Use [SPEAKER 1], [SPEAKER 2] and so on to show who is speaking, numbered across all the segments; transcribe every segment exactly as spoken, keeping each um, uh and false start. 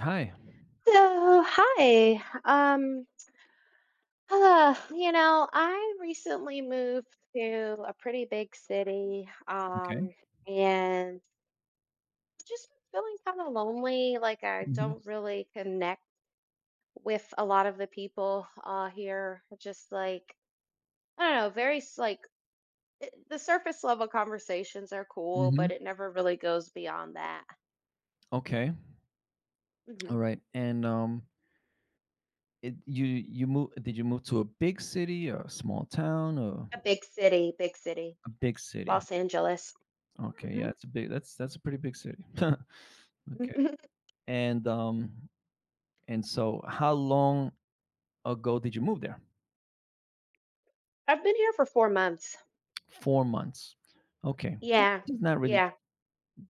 [SPEAKER 1] Hi.
[SPEAKER 2] So, hi. Um, uh, you know, I recently moved to a pretty big city,
[SPEAKER 1] Okay.
[SPEAKER 2] um, and just feeling kind of lonely. Like I
[SPEAKER 1] Mhm.
[SPEAKER 2] don't really connect with a lot of the people uh here. Just like I don't know, very s- like it, the surface level conversations are cool,
[SPEAKER 1] Mhm.
[SPEAKER 2] but it never really goes beyond that.
[SPEAKER 1] Okay.
[SPEAKER 2] hmm
[SPEAKER 1] Alright, and, um, it you you move did you move to a big city or a small town or
[SPEAKER 2] A big city, big city,
[SPEAKER 1] a big city?
[SPEAKER 2] Los Angeles.
[SPEAKER 1] Okay, yeah,
[SPEAKER 2] hmm
[SPEAKER 1] it's a big that's that's a pretty big city. Okay, and, um, and so how long ago did you move there?
[SPEAKER 2] I've been here for four months.
[SPEAKER 1] four months. Okay, four
[SPEAKER 2] Yeah,
[SPEAKER 1] months is not really
[SPEAKER 2] yeah.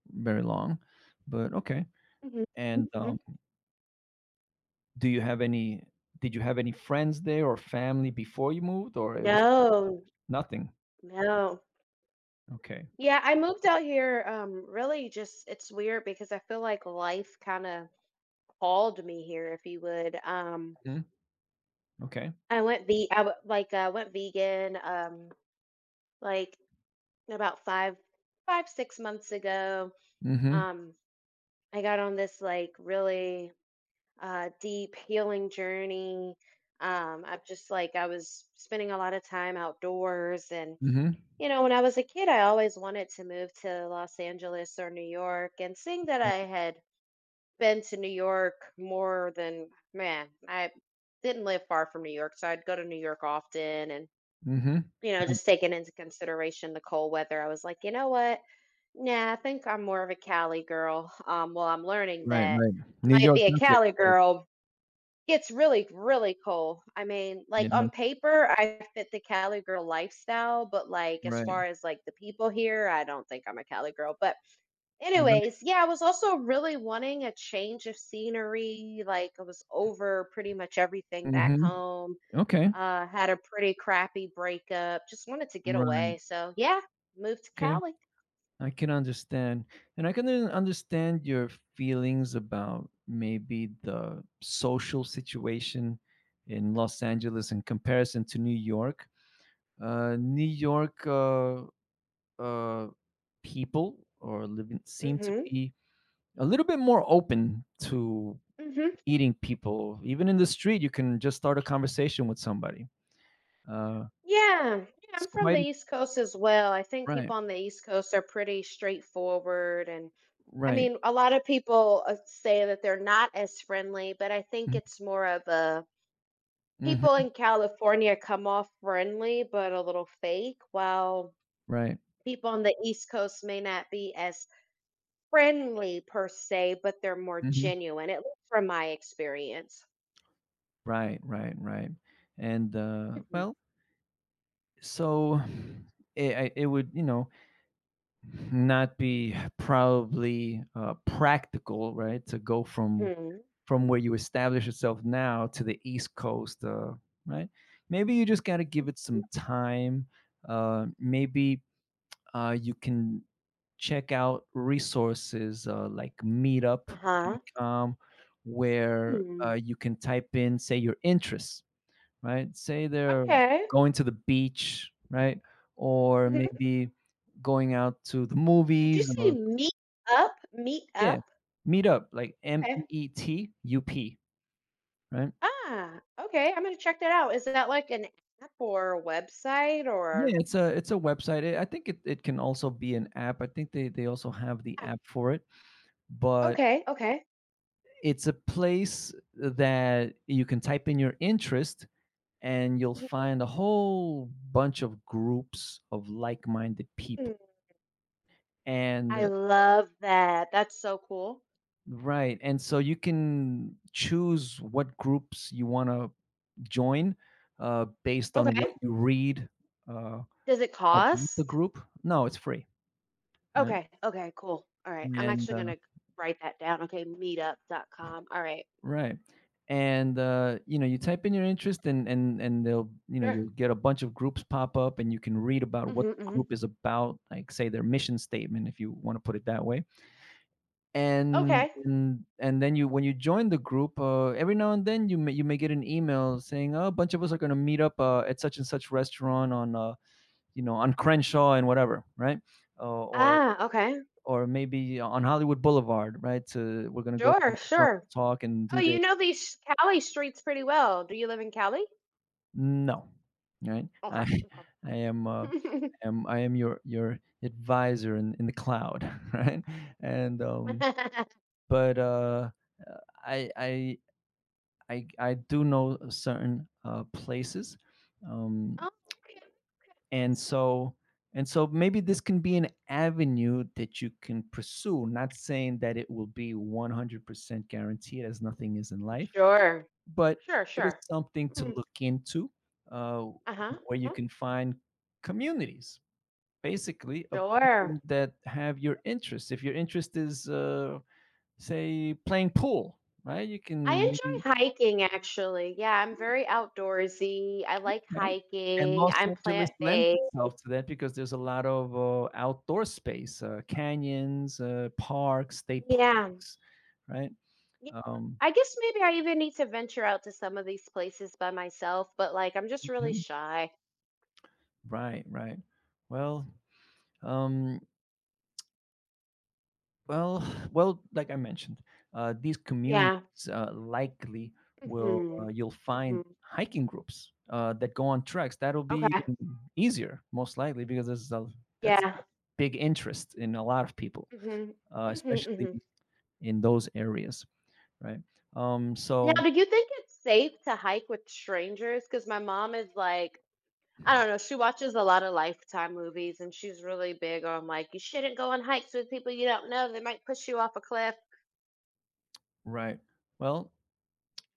[SPEAKER 1] very long, but okay,
[SPEAKER 2] Mhm,
[SPEAKER 1] and,
[SPEAKER 2] mhm.
[SPEAKER 1] um, do you have any did you have any friends there or family before you moved, or it was
[SPEAKER 2] No,
[SPEAKER 1] nothing?
[SPEAKER 2] no.
[SPEAKER 1] Okay.
[SPEAKER 2] Yeah, I moved out here, um, really just it's weird because I feel like life kinda called me here, if you would. Um,
[SPEAKER 1] Mhm. Okay.
[SPEAKER 2] I went ve I w like, I went vegan, um, like, about five, five, six months ago.
[SPEAKER 1] Mhm,
[SPEAKER 2] Um, I got on this, like, really, uh, deep healing journey. Um, I've just like, I was spending a lot of time outdoors and
[SPEAKER 1] mhm.
[SPEAKER 2] you know, when I was a kid, I always wanted to move to Los Angeles or New York, and seeing that
[SPEAKER 1] Right.
[SPEAKER 2] I had been to New York more than, man, I didn't live far from New York, so I'd go to New York often and,
[SPEAKER 1] Mhm.
[SPEAKER 2] you know, just taking into consideration the cold weather, I was like, you know what? Nah, I think I'm more of a Cali girl. Um, well, I'm learning
[SPEAKER 1] Right,
[SPEAKER 2] that
[SPEAKER 1] right, right.
[SPEAKER 2] I
[SPEAKER 1] New
[SPEAKER 2] might
[SPEAKER 1] York
[SPEAKER 2] be a
[SPEAKER 1] does get
[SPEAKER 2] Cali
[SPEAKER 1] cold,
[SPEAKER 2] girl, it's really, really cool. I mean,
[SPEAKER 1] you
[SPEAKER 2] like,
[SPEAKER 1] know?
[SPEAKER 2] on paper, I fit the Cali girl lifestyle, but, like, as
[SPEAKER 1] Right.
[SPEAKER 2] far as, like, the people here, I don't think I'm a Cali girl, but
[SPEAKER 1] Right.
[SPEAKER 2] anyways, yeah, I was also really wanting a change of scenery, like, I was over pretty much everything back
[SPEAKER 1] Mhm.
[SPEAKER 2] home,
[SPEAKER 1] Okay.
[SPEAKER 2] uh, had a pretty crappy breakup, just wanted to get
[SPEAKER 1] Right,
[SPEAKER 2] away, so, yeah, moved to
[SPEAKER 1] okay.
[SPEAKER 2] Cali.
[SPEAKER 1] I can understand, and I can un understand your feelings about maybe the social situation in Los Angeles in comparison to New York. Uh, New York, uh, uh, people or living seem to
[SPEAKER 2] Mhm,
[SPEAKER 1] be a little bit more open to
[SPEAKER 2] mhm.
[SPEAKER 1] eating people. Even in the street, you can just start a conversation with somebody. Uh,
[SPEAKER 2] Yeah, yeah,
[SPEAKER 1] it's
[SPEAKER 2] I'm from the
[SPEAKER 1] quite
[SPEAKER 2] East Coast as well. I think
[SPEAKER 1] Right,
[SPEAKER 2] people on the East Coast are pretty straightforward and I
[SPEAKER 1] right,
[SPEAKER 2] mean, a lot of people uh, say that they're not as friendly, but I think
[SPEAKER 1] mm-hmm,
[SPEAKER 2] it's more of a people in California come off friendly, but a little fake, while
[SPEAKER 1] right,
[SPEAKER 2] people on the East Coast may not be as friendly per se, but they're more
[SPEAKER 1] hmm,
[SPEAKER 2] genuine, at least from my experience.
[SPEAKER 1] right, right, right. And uh,
[SPEAKER 2] Mhm.
[SPEAKER 1] well, so it, I- it would, you know, not be probably uh, practical, right, to go from
[SPEAKER 2] Mhm.
[SPEAKER 1] from where you establish yourself now to the East Coast, uh, right? Maybe you just got to give it some time. Uh, maybe Uh, you can check out resources uh, like
[SPEAKER 2] Uh-huh.
[SPEAKER 1] meetup dot com where uh,
[SPEAKER 2] Hmm.
[SPEAKER 1] you can type in, say, your interests, right? Say they're
[SPEAKER 2] Okay.
[SPEAKER 1] going to the beach, right? Or
[SPEAKER 2] Mhm.
[SPEAKER 1] maybe going out to the
[SPEAKER 2] Did you
[SPEAKER 1] movies
[SPEAKER 2] say
[SPEAKER 1] or,
[SPEAKER 2] meet up? Meet
[SPEAKER 1] yeah,
[SPEAKER 2] up?
[SPEAKER 1] meetup, like M E E T U P, right?
[SPEAKER 2] Ah, okay. I'm gonna check that out. Is that like an app or a website
[SPEAKER 1] Yeah,
[SPEAKER 2] or?
[SPEAKER 1] it's a it's a website. I I think it, it can also be an app. I think they, they also have the
[SPEAKER 2] Yeah.
[SPEAKER 1] app for it. But
[SPEAKER 2] Okay, okay.
[SPEAKER 1] it's a place that you can type in your interest and you'll find a whole bunch of groups of like-minded people.
[SPEAKER 2] Mhm.
[SPEAKER 1] And
[SPEAKER 2] I
[SPEAKER 1] uh,
[SPEAKER 2] love that. That's so cool.
[SPEAKER 1] right, and so you can choose what groups you want to join uh, based on what
[SPEAKER 2] Okay.
[SPEAKER 1] you read uh,
[SPEAKER 2] Does it
[SPEAKER 1] about the
[SPEAKER 2] cost?
[SPEAKER 1] group. No, it's free, right?
[SPEAKER 2] Okay, okay, cool. All right. I'm
[SPEAKER 1] And
[SPEAKER 2] actually
[SPEAKER 1] uh,
[SPEAKER 2] gonna write that down. Okay, Meetup dot com. All right.
[SPEAKER 1] Right. And, uh, you know, you type in your interest and and and they'll, you know,
[SPEAKER 2] Sure.
[SPEAKER 1] you'll get a bunch of groups pop up and you can read about what
[SPEAKER 2] hmm
[SPEAKER 1] the
[SPEAKER 2] hmm
[SPEAKER 1] group is about, like say their mission statement if you want to put it that way. And
[SPEAKER 2] Okay.
[SPEAKER 1] and and then you when you join the group, uh, every now and then you may you may get an email saying, "Oh, a bunch of us are going to meet up uh, at such and such restaurant on uh, you know, on Crenshaw and whatever, right? Uh, or
[SPEAKER 2] Ah, okay.
[SPEAKER 1] or maybe on Hollywood Boulevard, right? To We're going to go to the
[SPEAKER 2] Sure,
[SPEAKER 1] restaurant,
[SPEAKER 2] sure.
[SPEAKER 1] talk and
[SPEAKER 2] Oh,
[SPEAKER 1] do this."
[SPEAKER 2] you know these Cali streets pretty well. Do you live in Cali?
[SPEAKER 1] No. Right? I
[SPEAKER 2] Okay. Okay.
[SPEAKER 1] I am, uh, I am I am your your advisor in in the cloud, right? And, um, but, uh, uh, I I I I do know certain uh, places. um,
[SPEAKER 2] Oh, okay.
[SPEAKER 1] and
[SPEAKER 2] Okay.
[SPEAKER 1] so and so maybe this can be an avenue that you can pursue, not saying that it will be one hundred percent guaranteed as nothing is in life,
[SPEAKER 2] Sure.
[SPEAKER 1] but
[SPEAKER 2] Sure,
[SPEAKER 1] it is
[SPEAKER 2] sure.
[SPEAKER 1] something to
[SPEAKER 2] Mhm.
[SPEAKER 1] look into, uh,
[SPEAKER 2] Uh-huh,
[SPEAKER 1] where you
[SPEAKER 2] uh-huh.
[SPEAKER 1] can find communities basically of
[SPEAKER 2] Sure.
[SPEAKER 1] people that have your interest if your interest is uh, say playing pool, right? you
[SPEAKER 2] I
[SPEAKER 1] can maybe
[SPEAKER 2] enjoy hiking actually. Yeah, I'm very outdoorsy. I like
[SPEAKER 1] Okay, and
[SPEAKER 2] hiking.
[SPEAKER 1] Los
[SPEAKER 2] I'm
[SPEAKER 1] Angeles lends
[SPEAKER 2] plant-based.
[SPEAKER 1] itself to that because there's a lot of uh, outdoor space, uh, canyons, uh, parks, state
[SPEAKER 2] Yeah.
[SPEAKER 1] parks, right?
[SPEAKER 2] Yeah.
[SPEAKER 1] um,
[SPEAKER 2] I guess maybe I even need to venture out to some of these places by myself, but, like, I'm just really
[SPEAKER 1] mhm.
[SPEAKER 2] shy.
[SPEAKER 1] Right right well um, Well, well, like I mentioned, uh, these communities
[SPEAKER 2] Yeah.
[SPEAKER 1] uh, likely will uh,
[SPEAKER 2] Mhm.
[SPEAKER 1] you'll find
[SPEAKER 2] Mhm.
[SPEAKER 1] hiking groups uh, that go on treks. That'll be
[SPEAKER 2] Okay.
[SPEAKER 1] even easier, most likely, because there's a, that's a
[SPEAKER 2] Yeah.
[SPEAKER 1] big interest in a lot of people,
[SPEAKER 2] Mhm.
[SPEAKER 1] uh,
[SPEAKER 2] Mhm,
[SPEAKER 1] especially
[SPEAKER 2] mhm.
[SPEAKER 1] in those areas, right? Um,
[SPEAKER 2] Now
[SPEAKER 1] so,
[SPEAKER 2] do you think it's safe to hike with strangers? Because my mom is like I don't know. She watches a lot of Lifetime movies and she's really big on like, you shouldn't go on hikes with people you don't know. They might push you off a cliff.
[SPEAKER 1] right. Well,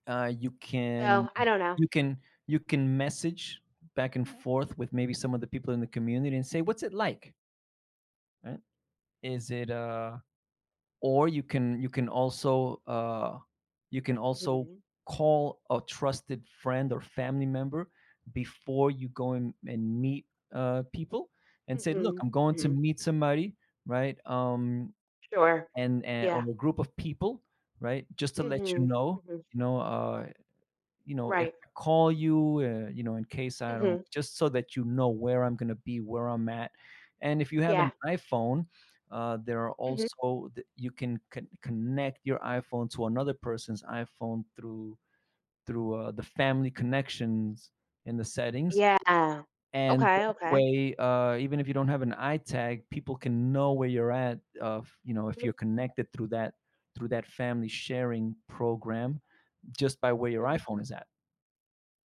[SPEAKER 1] uh, you can
[SPEAKER 2] So I don't know.
[SPEAKER 1] you can you can message back and forth with maybe some of the people in the community and say, "What's it like?" Right? Is it uh or you can you can also uh, You can also
[SPEAKER 2] hmm
[SPEAKER 1] call a trusted friend or family member before you go and, and meet uh, people and say, "Look,
[SPEAKER 2] hmm
[SPEAKER 1] I'm going to
[SPEAKER 2] hmm
[SPEAKER 1] meet somebody, right?" um
[SPEAKER 2] Sure.
[SPEAKER 1] and, and Or
[SPEAKER 2] Yeah.
[SPEAKER 1] a group of people, right, just to let you
[SPEAKER 2] hmm
[SPEAKER 1] know.
[SPEAKER 2] hmm
[SPEAKER 1] you know uh, you know, if
[SPEAKER 2] Right.
[SPEAKER 1] I call you, uh, you know, in case I
[SPEAKER 2] hmm
[SPEAKER 1] don't, just so that you know where I'm going to be, where I'm at. And if you have an
[SPEAKER 2] Yeah.
[SPEAKER 1] iPhone, uh, there are
[SPEAKER 2] hmm
[SPEAKER 1] also th- you can con- connect your iPhone to another person's iPhone through through uh, the family connections in the settings,
[SPEAKER 2] Yeah.
[SPEAKER 1] and
[SPEAKER 2] Okay.
[SPEAKER 1] that
[SPEAKER 2] Okay.
[SPEAKER 1] way, uh, even if you don't have an iTag, people can know where you're at. Uh, f- you know, if
[SPEAKER 2] Mhm,
[SPEAKER 1] you're connected through that through that family sharing program, just by where your
[SPEAKER 2] mhm.
[SPEAKER 1] iPhone is at.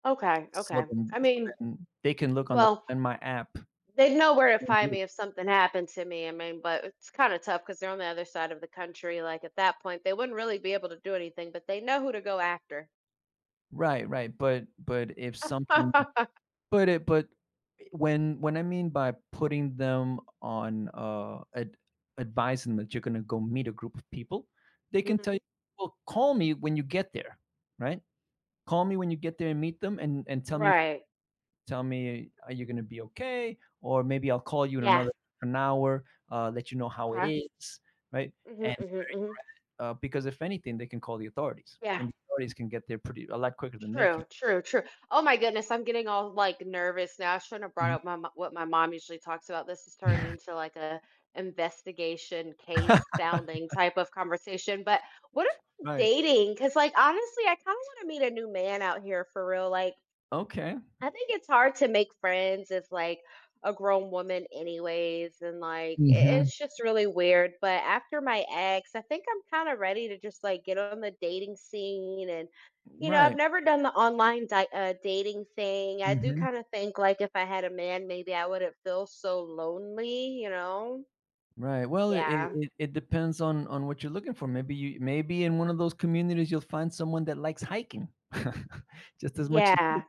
[SPEAKER 2] Okay.
[SPEAKER 1] So
[SPEAKER 2] Okay.
[SPEAKER 1] then
[SPEAKER 2] I
[SPEAKER 1] so
[SPEAKER 2] mean,
[SPEAKER 1] then they can look on the
[SPEAKER 2] well,
[SPEAKER 1] Find My app.
[SPEAKER 2] they'd know where to
[SPEAKER 1] Find
[SPEAKER 2] find
[SPEAKER 1] you.
[SPEAKER 2] me if something happened to me. I mean, but it's kind of tough because they're on the other side of the country. Like at that point, they wouldn't really be able to do anything, but they know who to go after.
[SPEAKER 1] Right, right, but but if something but it but when when I mean, by putting them on, uh, ad advising that you're gonna go meet a group of people, they can tell
[SPEAKER 2] Mhm.
[SPEAKER 1] you, "Well, call me when you get there," right? "Call me when you get there and meet them and and tell me
[SPEAKER 2] Right.
[SPEAKER 1] tell me, are you gonna be okay? Or maybe I'll call you in
[SPEAKER 2] Yeah.
[SPEAKER 1] another an hour, uh, let you know how it
[SPEAKER 2] Okay.
[SPEAKER 1] is," right?
[SPEAKER 2] Mhm,
[SPEAKER 1] And
[SPEAKER 2] mhm, mhm.
[SPEAKER 1] uh, because if anything, they can call the authorities,
[SPEAKER 2] Yeah.
[SPEAKER 1] and the authorities can get there pretty a lot quicker than they can.
[SPEAKER 2] True. True. True. Oh my goodness, I'm getting all like nervous now. I shouldn't have brought
[SPEAKER 1] Mhm.
[SPEAKER 2] up my mo- what my mom usually talks about. This has turned into like a investigation case sounding type of conversation. But what about
[SPEAKER 1] Right.
[SPEAKER 2] dating? Because like honestly, I kind of want to meet a new man out here for real. Like
[SPEAKER 1] Okay.
[SPEAKER 2] I think it's hard to make friends as like a grown woman anyways and like i-
[SPEAKER 1] Mhm.
[SPEAKER 2] it's just really weird, but after my ex I think I'm kind of ready to just like get on the dating scene. And you know, I've
[SPEAKER 1] Right.
[SPEAKER 2] never done the online di- uh, dating thing. I do
[SPEAKER 1] Mhm.
[SPEAKER 2] kind of think like if I had a man maybe I wouldn't feel so lonely, you know?
[SPEAKER 1] Right. Well, it, it
[SPEAKER 2] Yeah,
[SPEAKER 1] it it depends on on what you're looking for. Maybe you maybe in one of those communities you'll find someone that likes hiking, just as much as you,
[SPEAKER 2] yeah,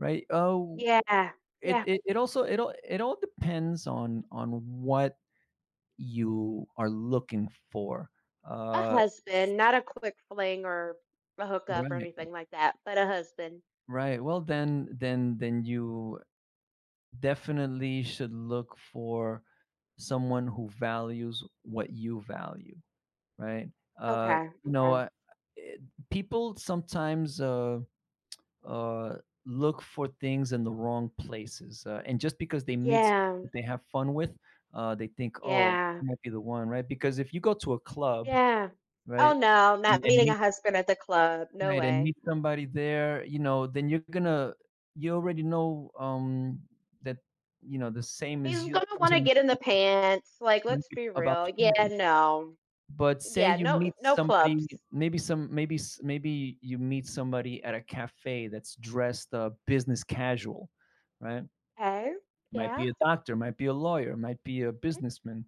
[SPEAKER 1] right? Oh,
[SPEAKER 2] yeah,
[SPEAKER 1] it,
[SPEAKER 2] yeah,
[SPEAKER 1] it it also it all it all depends on on what you are looking for.
[SPEAKER 2] a
[SPEAKER 1] Uh,
[SPEAKER 2] husband, not a quick fling or a hookup or
[SPEAKER 1] right.
[SPEAKER 2] anything like that, but a husband.
[SPEAKER 1] Right. Well, then then then you definitely should look for someone who values what you value, right? Uh,
[SPEAKER 2] Okay,
[SPEAKER 1] you know,
[SPEAKER 2] okay.
[SPEAKER 1] uh, it, People sometimes uh, uh, look for things in the wrong places, uh, and just because they meet someone
[SPEAKER 2] Yeah,
[SPEAKER 1] that they have fun with, uh, they think, "Oh, I
[SPEAKER 2] yeah,
[SPEAKER 1] might be the one," right? Because if you go to a club,
[SPEAKER 2] yeah. Oh
[SPEAKER 1] right,
[SPEAKER 2] no,
[SPEAKER 1] and,
[SPEAKER 2] not meeting a
[SPEAKER 1] and
[SPEAKER 2] husband at the club. No
[SPEAKER 1] right, and
[SPEAKER 2] way.
[SPEAKER 1] meet somebody there, you know, then you're gonna you already know, um, that, you know, the same as
[SPEAKER 2] He's
[SPEAKER 1] you, that
[SPEAKER 2] gonna want to
[SPEAKER 1] person
[SPEAKER 2] get in
[SPEAKER 1] might
[SPEAKER 2] the
[SPEAKER 1] be
[SPEAKER 2] pants. Like,
[SPEAKER 1] might
[SPEAKER 2] let's
[SPEAKER 1] be
[SPEAKER 2] be
[SPEAKER 1] about
[SPEAKER 2] real. Yeah,
[SPEAKER 1] partying.
[SPEAKER 2] no.
[SPEAKER 1] But say
[SPEAKER 2] Yeah,
[SPEAKER 1] you
[SPEAKER 2] no,
[SPEAKER 1] meet
[SPEAKER 2] no
[SPEAKER 1] somebody,
[SPEAKER 2] clubs.
[SPEAKER 1] maybe some maybe s maybe you meet somebody at a cafe that's dressed, uh, business casual, right?
[SPEAKER 2] Okay.
[SPEAKER 1] Might
[SPEAKER 2] Yeah.
[SPEAKER 1] be a doctor, might be a lawyer, might be a
[SPEAKER 2] Mm,
[SPEAKER 1] businessman,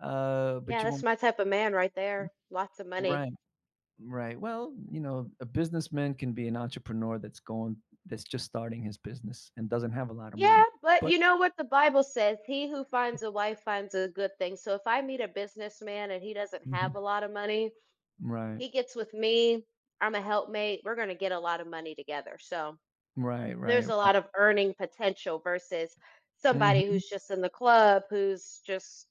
[SPEAKER 1] uh, but
[SPEAKER 2] yeah,
[SPEAKER 1] you
[SPEAKER 2] that's
[SPEAKER 1] won't.
[SPEAKER 2] my type of man right there. Lots of money.
[SPEAKER 1] Right. Right. Well, you know, a businessman can be an entrepreneur that's going that's just starting his business and doesn't have a lot of money.
[SPEAKER 2] Yeah, but
[SPEAKER 1] But
[SPEAKER 2] you know what the Bible says? He who finds a wife finds a good thing. So if I meet a businessman and he doesn't have
[SPEAKER 1] Mhm.
[SPEAKER 2] a lot of money,
[SPEAKER 1] Right.
[SPEAKER 2] he gets with me. I'm a helpmate. We're going to get a lot of money together. So
[SPEAKER 1] Right, right,
[SPEAKER 2] there's a
[SPEAKER 1] right.
[SPEAKER 2] lot of earning potential versus somebody
[SPEAKER 1] Mhm.
[SPEAKER 2] who's just in the club, who's just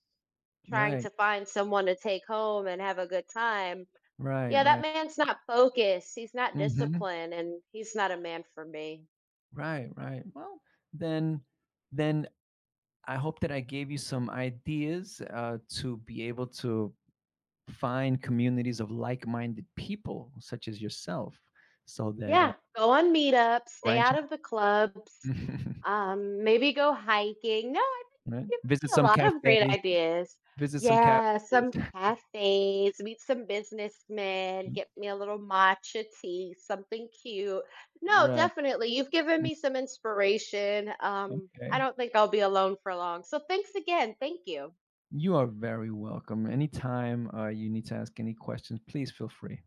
[SPEAKER 2] trying
[SPEAKER 1] Right.
[SPEAKER 2] to find someone to take home and have a good time.
[SPEAKER 1] Right,
[SPEAKER 2] Yeah, that
[SPEAKER 1] right.
[SPEAKER 2] man's not focused. He's not
[SPEAKER 1] Mhm.
[SPEAKER 2] disciplined, and he's not a man for me.
[SPEAKER 1] Right, right. Well, then then I hope that I gave you some ideas uh, to be able to find communities of like-minded people such as yourself, so that uh
[SPEAKER 2] Yeah, go on meetups, stay
[SPEAKER 1] branch
[SPEAKER 2] out of the clubs. Um, maybe go hiking. No, I
[SPEAKER 1] right?
[SPEAKER 2] think you've given
[SPEAKER 1] Visit
[SPEAKER 2] me a
[SPEAKER 1] some
[SPEAKER 2] lot of great
[SPEAKER 1] cafes,
[SPEAKER 2] ideas.
[SPEAKER 1] visit some cafes.
[SPEAKER 2] Yeah, some cafes, meet some businessmen, get me a little matcha tea, something cute. No,
[SPEAKER 1] Right.
[SPEAKER 2] definitely. You've given
[SPEAKER 1] Mm.
[SPEAKER 2] me some inspiration. Um, I
[SPEAKER 1] Okay.
[SPEAKER 2] don't think I'll be alone for long. So thanks again. Thank you.
[SPEAKER 1] You are very welcome. Anytime uh, you need to ask any questions, please feel free.